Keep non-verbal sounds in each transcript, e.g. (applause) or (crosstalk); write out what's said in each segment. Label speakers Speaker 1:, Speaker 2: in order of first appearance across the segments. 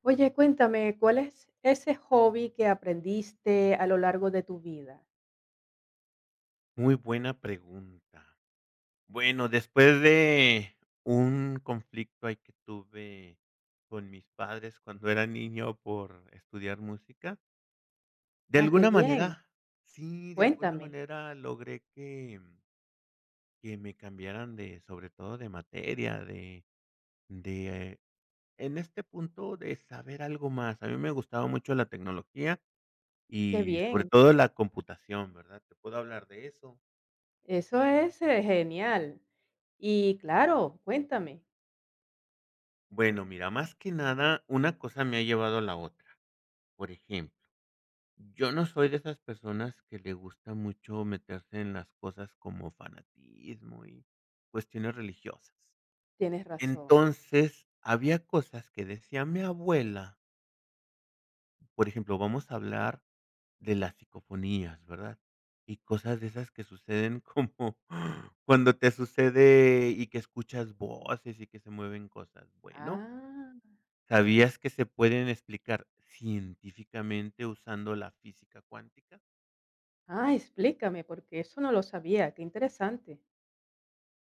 Speaker 1: Oye, cuéntame, ¿cuál es ese hobby que aprendiste a lo largo de tu vida?
Speaker 2: Muy buena pregunta. Bueno, después de un conflicto ahí que tuve con mis padres cuando era niño por estudiar música, de
Speaker 1: Ah, qué
Speaker 2: alguna
Speaker 1: bien,
Speaker 2: manera, sí, de alguna
Speaker 1: cuéntame,
Speaker 2: manera logré que me cambiaran de, sobre todo de materia, de, en este punto, de saber algo más. A mí me gustaba mucho la tecnología
Speaker 1: qué
Speaker 2: y sobre
Speaker 1: bien,
Speaker 2: todo la computación, ¿verdad? Te puedo hablar de eso.
Speaker 1: eso es genial. Y claro, cuéntame,
Speaker 2: Bueno, mira, más que nada, una cosa me ha llevado a la otra. Por ejemplo, yo no soy de esas personas que le gusta mucho meterse en las cosas como fanatismo y cuestiones religiosas.
Speaker 1: tienes razón.
Speaker 2: Entonces, había cosas que decía mi abuela, por ejemplo, vamos a hablar de las psicofonías, ¿verdad? Y cosas de esas que suceden como (laughs) cuando te sucede y que escuchas voces y que se mueven cosas. Bueno,
Speaker 1: Ah,
Speaker 2: ¿sabías que se pueden explicar científicamente usando la física cuántica?
Speaker 1: ah, explícame, porque eso no lo sabía, qué interesante.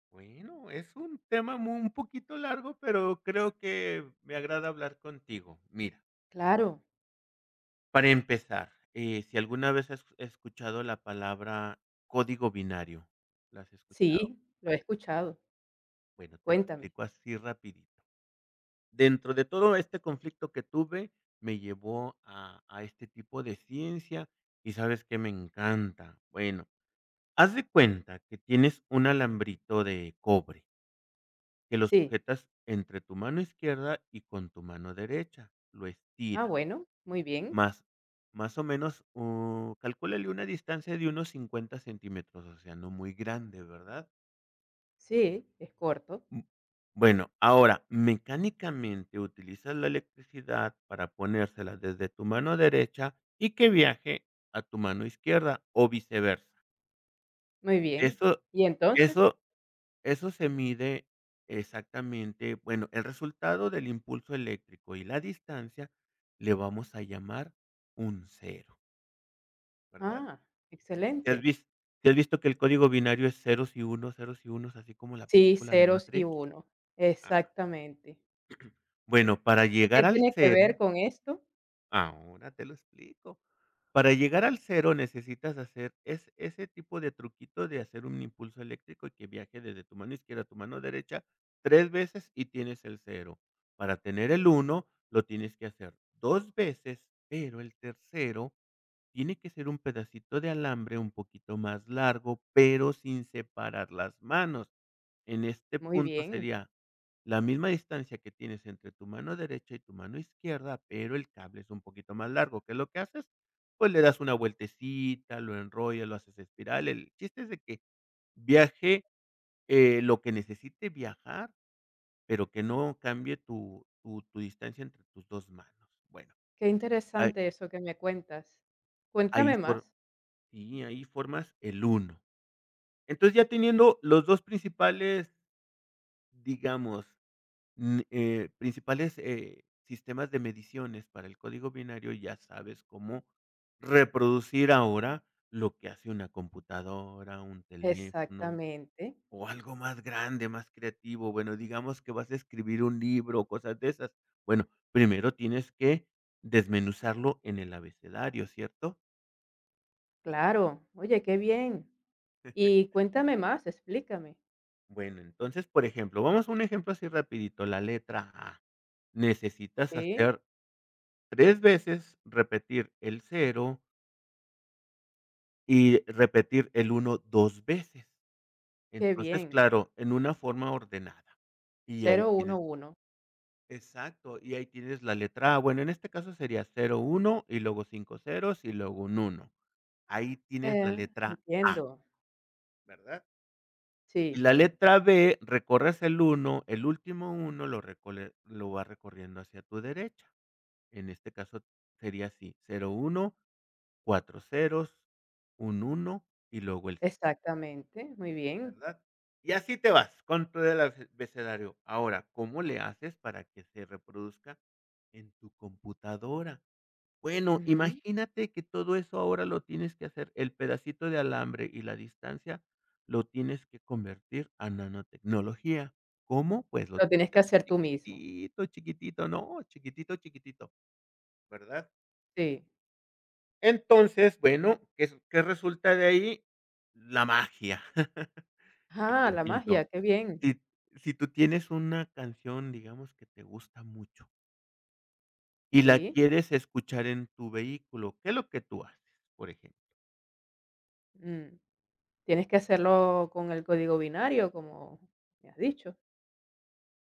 Speaker 2: Bueno, es un tema un poquito largo, pero creo que me agrada hablar contigo. Mira,
Speaker 1: Claro,
Speaker 2: para empezar, si alguna vez has escuchado la palabra código binario, ¿la has escuchado?
Speaker 1: sí, lo he escuchado,
Speaker 2: Bueno, te lo
Speaker 1: cuéntame.
Speaker 2: explico así rapidito. Dentro de todo este conflicto que tuve, me llevó a este tipo de ciencia y sabes que me encanta. Bueno. Haz de cuenta que tienes un alambrito de cobre que lo
Speaker 1: Sí,
Speaker 2: sujetas entre tu mano izquierda y con tu mano derecha. Lo
Speaker 1: ah,
Speaker 2: estira
Speaker 1: bueno, muy bien,
Speaker 2: más, más o menos, calcúlale una distancia de unos 50 centímetros, o sea, no muy grande, ¿verdad?
Speaker 1: sí, es corto,
Speaker 2: Mm, Bueno, ahora mecánicamente utilizas la electricidad para ponérsela desde tu mano derecha y que viaje a tu mano izquierda o viceversa.
Speaker 1: muy bien.
Speaker 2: Eso,
Speaker 1: ¿Y entonces?
Speaker 2: eso Eso se mide exactamente, bueno, el resultado del impulso eléctrico y la distancia le vamos a llamar un cero, ¿verdad?
Speaker 1: Ah,
Speaker 2: ¿Si has
Speaker 1: excelente.
Speaker 2: vis si has visto que el código binario es ceros y unos, así como la
Speaker 1: Sí,
Speaker 2: película de
Speaker 1: ceros y
Speaker 2: Matrix?
Speaker 1: uno,
Speaker 2: Ah,
Speaker 1: exactamente.
Speaker 2: bueno, para
Speaker 1: ¿Y qué
Speaker 2: llegar al
Speaker 1: tiene que ver
Speaker 2: cero.
Speaker 1: con esto?
Speaker 2: Ahora te lo explico. Para llegar al cero necesitas hacer es ese tipo de truquito de hacer un impulso eléctrico y que viaje desde tu mano izquierda a tu mano derecha 3 veces y tienes el cero. Para tener el uno lo tienes que hacer 2 veces, pero el tercero tiene que ser un pedacito de alambre un poquito más largo, pero sin separar las manos. En este
Speaker 1: Muy
Speaker 2: punto
Speaker 1: bien,
Speaker 2: sería la misma distancia que tienes entre tu mano derecha y tu mano izquierda, pero el cable es un poquito más largo. ¿Qué es lo que haces? Pues le das una vueltecita, lo enrollas, lo haces espiral. El chiste es de que viaje, lo que necesite viajar, pero que no cambie tu distancia entre tus dos manos. Bueno,
Speaker 1: qué
Speaker 2: ahí,
Speaker 1: interesante eso que me cuentas.
Speaker 2: ahí,
Speaker 1: Cuéntame
Speaker 2: for-
Speaker 1: más.
Speaker 2: sí, ahí formas el uno. Entonces ya teniendo los dos principales, digamos, sistemas de mediciones para el código binario, ya sabes cómo reproducir ahora lo que hace una computadora, un teléfono
Speaker 1: Exactamente,
Speaker 2: o algo más grande, más creativo. Bueno, digamos que vas a escribir un libro o cosas de esas. Bueno, primero tienes que desmenuzarlo en el abecedario, ¿cierto?
Speaker 1: claro. Oye, qué bien. Y cuéntame más, explícame.
Speaker 2: Bueno, entonces, por ejemplo, vamos a un ejemplo así rapidito, la letra A. Necesitas
Speaker 1: Sí,
Speaker 2: hacer 3 veces, repetir el cero, y repetir el uno 2 veces.
Speaker 1: qué
Speaker 2: Entonces,
Speaker 1: bien.
Speaker 2: claro, en una forma ordenada. Y ahí
Speaker 1: Cero
Speaker 2: tienes.
Speaker 1: uno uno.
Speaker 2: Exacto, y ahí tienes la letra A. Bueno, en este caso sería cero uno y luego 5 ceros y luego un uno. Ahí tienes la
Speaker 1: Eh,
Speaker 2: letra A,
Speaker 1: entiendo.
Speaker 2: ¿verdad? Y
Speaker 1: Sí,
Speaker 2: la
Speaker 1: sí,
Speaker 2: letra B, recorres el uno, el último uno lo va recorriendo hacia tu derecha. En este caso sería así, cero uno, cuatro ceros, un uno y luego el...
Speaker 1: exactamente, muy bien.
Speaker 2: ¿Verdad? Y así te vas con todo el abecedario. Ahora, ¿cómo le haces para que se reproduzca en tu computadora? Bueno,
Speaker 1: Ujú.
Speaker 2: imagínate que todo eso ahora lo tienes que hacer, el pedacito de alambre y la distancia lo tienes que convertir a nanotecnología. ¿Cómo? Pues lo
Speaker 1: Lo
Speaker 2: tienes
Speaker 1: tienes que
Speaker 2: que hacer
Speaker 1: hacer tú mismo.
Speaker 2: chiquitito, chiquitito, no, chiquitito, chiquitito, ¿verdad?
Speaker 1: Sí.
Speaker 2: Entonces, bueno, ¿qué resulta de ahí? La magia. (laughs) Que,
Speaker 1: Ah,
Speaker 2: por
Speaker 1: la
Speaker 2: ejemplo.
Speaker 1: magia, qué bien.
Speaker 2: Si si tú tienes una canción, digamos, que te gusta mucho y la
Speaker 1: Sí,
Speaker 2: quieres escuchar en tu vehículo, ¿qué es lo que tú haces, por ejemplo?
Speaker 1: mm. Tienes que hacerlo con el código binario, como me has dicho.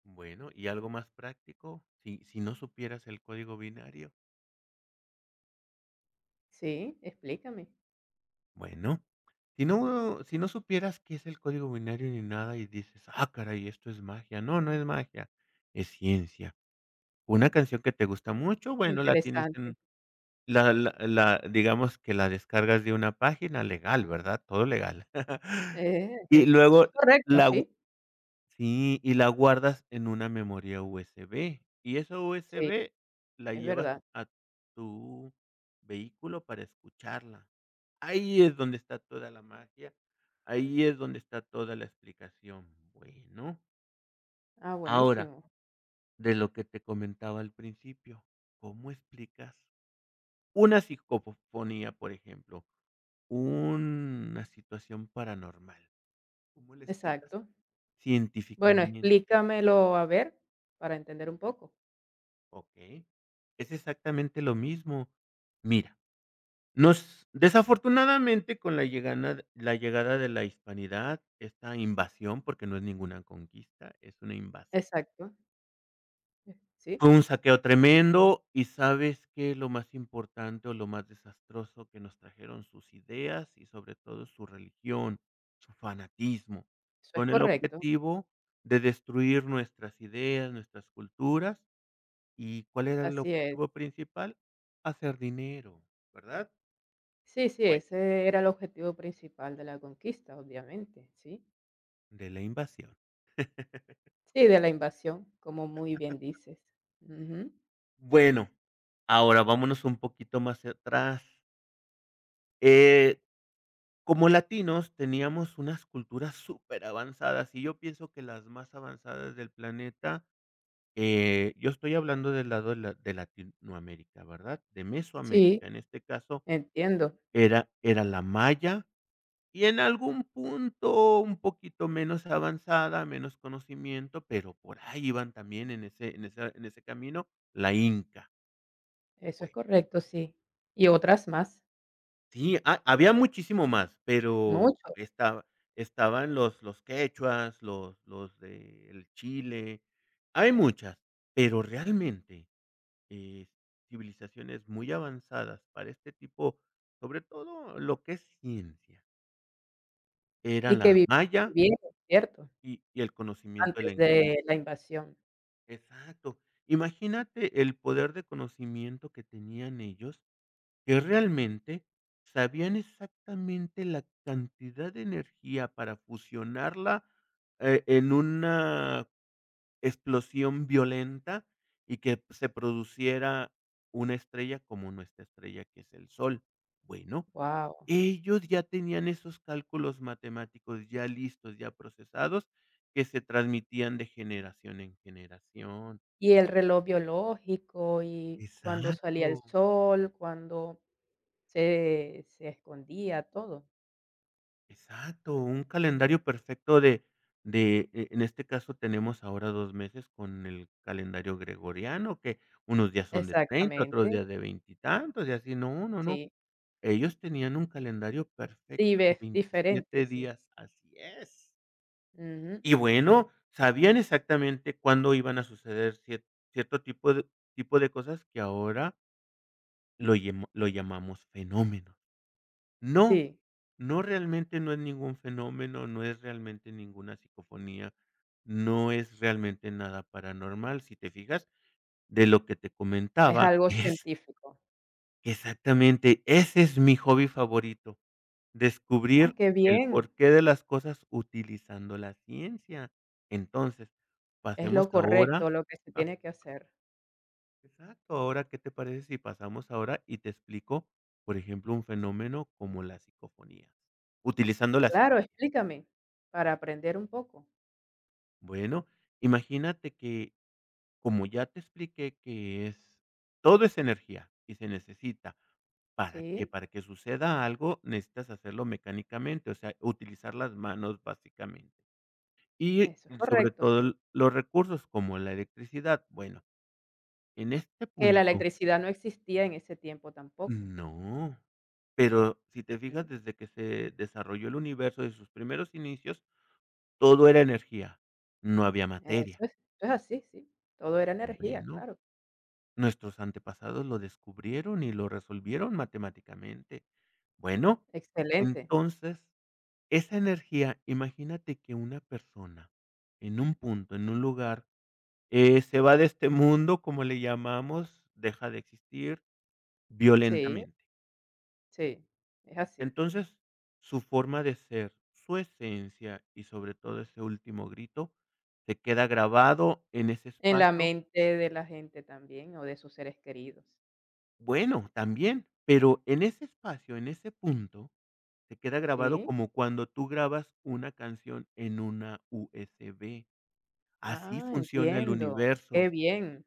Speaker 2: Bueno, y algo más práctico, si no supieras el código binario,
Speaker 1: Sí, explícame.
Speaker 2: bueno, si no si no supieras qué es el código binario ni nada y dices: "Ah, caray, esto es magia". No, no es magia, es ciencia. Una canción que te gusta mucho, bueno, la tienes
Speaker 1: Interesante.
Speaker 2: en la, digamos que la descargas de una página legal, ¿verdad? Todo legal. (laughs) Y
Speaker 1: Es eso
Speaker 2: luego
Speaker 1: es correcto,
Speaker 2: la gu
Speaker 1: sí,
Speaker 2: sí, y la guardas en una memoria USB, y esa
Speaker 1: sí,
Speaker 2: USB la
Speaker 1: es
Speaker 2: llevas
Speaker 1: verdad.
Speaker 2: a tu vehículo para escucharla. Ahí es donde está toda la magia, ahí es donde está toda la explicación. Bueno,
Speaker 1: Ah,
Speaker 2: ahora,
Speaker 1: buenísimo.
Speaker 2: de lo que te comentaba al principio, ¿cómo explicas una psicofonía, por ejemplo, una situación paranormal? ¿Cómo le explicas
Speaker 1: Exacto. Bueno,
Speaker 2: científicamente?
Speaker 1: explícamelo, a ver, para entender un poco.
Speaker 2: Okey. Es exactamente lo mismo. Mira, nos desafortunadamente, con la llegada de la hispanidad, esta invasión, porque no es ninguna conquista, es una invasión.
Speaker 1: Exacto, sí,
Speaker 2: Fue un saqueo tremendo. ¿Y sabes que Lo más importante, o lo más desastroso, que nos trajeron sus ideas y, sobre todo, su religión, su fanatismo,
Speaker 1: eso es
Speaker 2: con el
Speaker 1: correcto.
Speaker 2: objetivo de destruir nuestras ideas, nuestras culturas. ¿Y cuál era el
Speaker 1: Así es.
Speaker 2: objetivo principal? Hacer dinero, ¿verdad?
Speaker 1: Sí, sí,
Speaker 2: Bueno,
Speaker 1: ese era el objetivo principal de la conquista, obviamente, sí.
Speaker 2: de la invasión.
Speaker 1: Sí, de la invasión, como muy bien dices. Ujú.
Speaker 2: Bueno, ahora vámonos un poquito más atrás. Eh, Como latinos teníamos unas culturas súper avanzadas y yo pienso que las más avanzadas del planeta, yo estoy hablando del lado de, de Latinoamérica, ¿verdad? De Mesoamérica,
Speaker 1: Sí,
Speaker 2: en este caso,
Speaker 1: entiendo.
Speaker 2: era la maya. Y en algún punto un poquito menos avanzada, menos conocimiento, pero por ahí iban también en ese en esa en ese camino, la Inca
Speaker 1: Eso es
Speaker 2: fue.
Speaker 1: correcto, sí. Y otras más,
Speaker 2: Sí, ha había muchísimo más, pero
Speaker 1: mucho,
Speaker 2: estaban los quechuas, los del Chile, hay muchas, pero realmente, eh, civilizaciones muy avanzadas para este tipo, sobre todo lo que es ciencia, era
Speaker 1: y que
Speaker 2: la
Speaker 1: vivían, muy
Speaker 2: maya
Speaker 1: bien, ¿cierto?
Speaker 2: y el conocimiento de la...
Speaker 1: Antes de la invasión.
Speaker 2: Exacto. Imagínate el poder de conocimiento que tenían ellos, que realmente sabían exactamente la cantidad de energía para fusionarla, en una explosión violenta y que se produciera una estrella como nuestra estrella, que es el Sol. Bueno,
Speaker 1: Wow.
Speaker 2: ellos ya tenían esos cálculos matemáticos ya listos, ya procesados, que se transmitían de generación en generación.
Speaker 1: Y el reloj biológico, y cuando
Speaker 2: Exacto,
Speaker 1: salía el sol, cuando se escondía, todo.
Speaker 2: exacto, un calendario perfecto de. En este caso tenemos ahora 2 meses con el calendario gregoriano, que unos días son de 30,
Speaker 1: Exactamente,
Speaker 2: otros días de veintitantos y así. No, no, no,
Speaker 1: sí.
Speaker 2: ellos tenían un calendario
Speaker 1: Y
Speaker 2: perfecto de
Speaker 1: ves diferente,
Speaker 2: 27
Speaker 1: sí.
Speaker 2: días, así es.
Speaker 1: Ujú.
Speaker 2: Y bueno, sabían exactamente cuándo iban a suceder cierto tipo de cosas que ahora lo llamamos fenómenos. No,
Speaker 1: Sí,
Speaker 2: no, realmente no es ningún fenómeno, no es realmente ninguna psicofonía, no es realmente nada paranormal. Si te fijas, de lo que te
Speaker 1: es
Speaker 2: comentaba,
Speaker 1: algo
Speaker 2: es
Speaker 1: científico.
Speaker 2: que, exactamente, ese es mi hobby favorito,
Speaker 1: Ah,
Speaker 2: descubrir
Speaker 1: qué
Speaker 2: el
Speaker 1: bien.
Speaker 2: porqué de las cosas utilizando la ciencia. Entonces,
Speaker 1: Es
Speaker 2: pasemos
Speaker 1: lo correcto,
Speaker 2: ahora...
Speaker 1: lo que se
Speaker 2: ah,
Speaker 1: tiene que hacer.
Speaker 2: exacto, ahora, ¿qué te parece si pasamos ahora y te explico, por ejemplo, un fenómeno como la psicofonía, utilizando la...
Speaker 1: Claro, explícame, para aprender un poco.
Speaker 2: Bueno, imagínate que, como ya te expliqué que es, todo es energía y se necesita, ¿para qué?
Speaker 1: Sí,
Speaker 2: Para que suceda algo, necesitas hacerlo mecánicamente, o sea, utilizar las manos básicamente. Y
Speaker 1: eso es
Speaker 2: sobre
Speaker 1: correcto,
Speaker 2: todo
Speaker 1: sí.
Speaker 2: los recursos como la electricidad. Bueno, en este
Speaker 1: Que la
Speaker 2: punto
Speaker 1: electricidad no existía en ese tiempo tampoco.
Speaker 2: no, pero si te fijas,
Speaker 1: Ujú.
Speaker 2: desde que se desarrolló el universo, de sus primeros inicios, todo era energía, no había materia.
Speaker 1: Eso es eso es así, sí. Todo era energía,
Speaker 2: Bueno.
Speaker 1: claro.
Speaker 2: Nuestros antepasados lo descubrieron y lo resolvieron matemáticamente. Bueno,
Speaker 1: Excelente.
Speaker 2: entonces, esa energía, imagínate que una persona en un punto, en un lugar, se va de este mundo, como le llamamos, deja de existir
Speaker 1: Sí,
Speaker 2: violentamente.
Speaker 1: sí, es así.
Speaker 2: Entonces, su forma de ser, su esencia y sobre todo ese último grito, se queda grabado en ese
Speaker 1: En la
Speaker 2: espacio.
Speaker 1: mente de la gente también, o de sus seres queridos.
Speaker 2: Bueno, también, pero en ese espacio, en ese punto. Te queda grabado
Speaker 1: Sí.
Speaker 2: como cuando tú grabas una canción en una USB. Así
Speaker 1: Ah,
Speaker 2: funciona el
Speaker 1: entiendo. Qué
Speaker 2: universo,
Speaker 1: bien.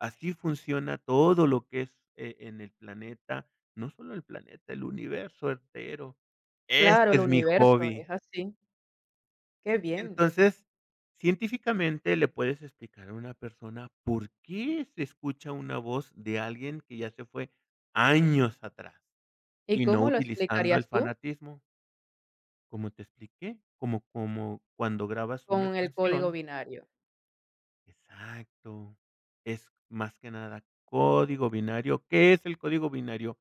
Speaker 2: así funciona todo lo que es en el planeta, no solo el planeta, el universo entero. Ese
Speaker 1: Claro, el
Speaker 2: es mi
Speaker 1: universo
Speaker 2: hobby.
Speaker 1: es así. Qué bien.
Speaker 2: Entonces, científicamente le puedes explicar a una persona por qué se escucha una voz de alguien que ya se fue años atrás
Speaker 1: ¿Y
Speaker 2: y no
Speaker 1: cómo lo
Speaker 2: utilizando el
Speaker 1: explicarías tú?
Speaker 2: fanatismo. Como te expliqué, como cuando grabas una
Speaker 1: Con el código
Speaker 2: canción.
Speaker 1: binario.
Speaker 2: Exacto. Es más que nada código binario. ¿Qué es el código binario?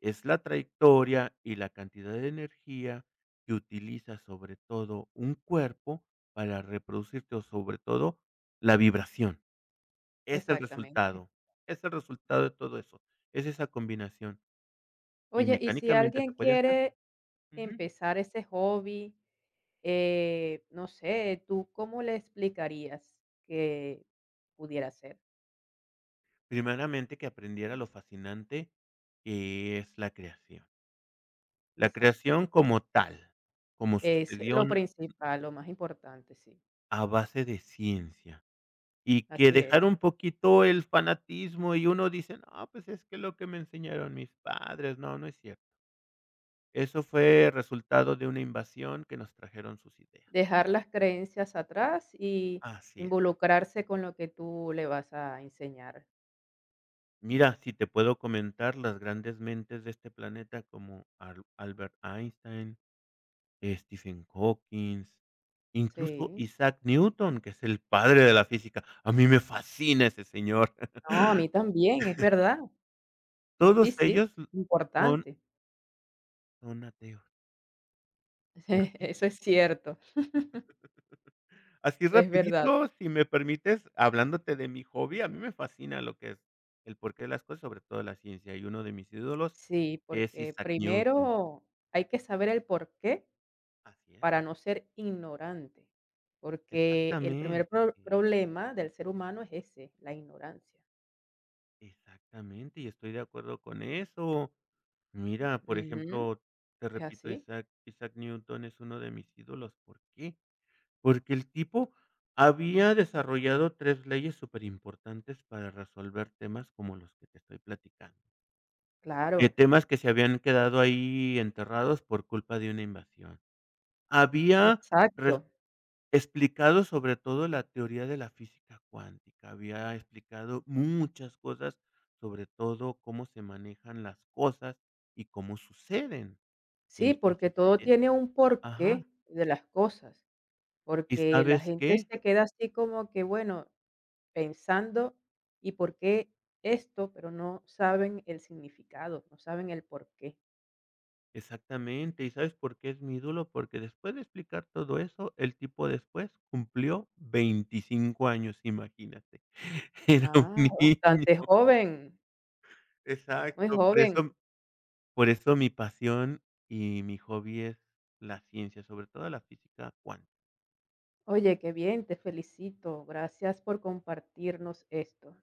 Speaker 2: Es la trayectoria y la cantidad de energía que utiliza, sobre todo, un cuerpo para reproducirte, o sobre todo, la vibración. Es el
Speaker 1: Exactamente.
Speaker 2: resultado, es el resultado de todo eso. Es esa combinación, y
Speaker 1: Oye, y si
Speaker 2: mecánicamente se
Speaker 1: alguien
Speaker 2: puede hacer.
Speaker 1: quiere empezar ese hobby, no sé, ¿tú cómo le explicarías que pudiera ser?
Speaker 2: Primeramente, que aprendiera lo fascinante que es la creación. La
Speaker 1: Exacto.
Speaker 2: creación como tal, como
Speaker 1: Es
Speaker 2: sucedió
Speaker 1: lo
Speaker 2: n
Speaker 1: principal, lo más importante, sí.
Speaker 2: a base de ciencia, y que
Speaker 1: Así
Speaker 2: dejar un
Speaker 1: es.
Speaker 2: poquito el fanatismo, y uno dice: "No, pues es que lo que me enseñaron mis padres". No, no es cierto. Eso fue resultado de una invasión que nos trajeron sus ideas.
Speaker 1: Dejar las creencias atrás y
Speaker 2: Así es.
Speaker 1: involucrarse con lo que tú le vas a enseñar.
Speaker 2: Mira, si te puedo comentar las grandes mentes de este planeta como Al Albert Einstein, Stephen Hawking. Incluso
Speaker 1: Sí.
Speaker 2: Isaac Newton, que es el padre de la física. A mí me fascina ese señor. (laughs)
Speaker 1: No, a mí también, es verdad. Sí,
Speaker 2: Todos
Speaker 1: sí,
Speaker 2: ellos son
Speaker 1: importante.
Speaker 2: son ateos. ¿Por
Speaker 1: (laughs)
Speaker 2: qué?
Speaker 1: Eso es cierto,
Speaker 2: Así
Speaker 1: es verdad.
Speaker 2: rapidito, si me permites, hablándote de mi hobby, a mí me fascina lo que es el porqué de las cosas, sobre todo la ciencia, y uno de mis ídolos
Speaker 1: Sí,
Speaker 2: es
Speaker 1: porque
Speaker 2: Isaac Newton.
Speaker 1: primero hay que saber el por qué
Speaker 2: Así es.
Speaker 1: para no ser ignorante, porque el primer
Speaker 2: Exactamente, e
Speaker 1: problema del ser humano es ese, la ignorancia.
Speaker 2: exactamente, y estoy de acuerdo con eso. Mira, por
Speaker 1: Ujú,
Speaker 2: ejemplo, te
Speaker 1: es
Speaker 2: repito,
Speaker 1: así,
Speaker 2: Isaac Newton es uno de mis ídolos, ¿por qué? Porque el tipo había desarrollado 3 leyes superimportantes para resolver temas como los que te estoy platicando, de
Speaker 1: claro,
Speaker 2: temas que se habían quedado ahí enterrados por culpa de una invasión. Había
Speaker 1: exacto.
Speaker 2: res explicado sobre todo la teoría de la física cuántica, había explicado muchas cosas, sobre todo cómo se manejan las cosas y cómo suceden.
Speaker 1: Sí,
Speaker 2: Y
Speaker 1: porque
Speaker 2: si se
Speaker 1: todo
Speaker 2: te
Speaker 1: tiene un
Speaker 2: Ajá.
Speaker 1: porqué de las cosas,
Speaker 2: ¿Y
Speaker 1: porque la
Speaker 2: sabes
Speaker 1: gente
Speaker 2: qué?
Speaker 1: se queda así como que, bueno, pensando, ¿y por qué esto? Pero no saben el significado, no saben el porqué.
Speaker 2: Exactamente, ¿y sabes por qué es mi ídolo? Porque después de explicar todo eso, el tipo después cumplió 25 años, imagínate. (laughs) Era un
Speaker 1: Ah,
Speaker 2: niño.
Speaker 1: bastante joven, muy
Speaker 2: Exacto,
Speaker 1: joven.
Speaker 2: por eso mi pasión y mi hobby es la ciencia, sobre todo la física cuántica.
Speaker 1: Oye, qué bien, te felicito. Gracias por compartirnos esto.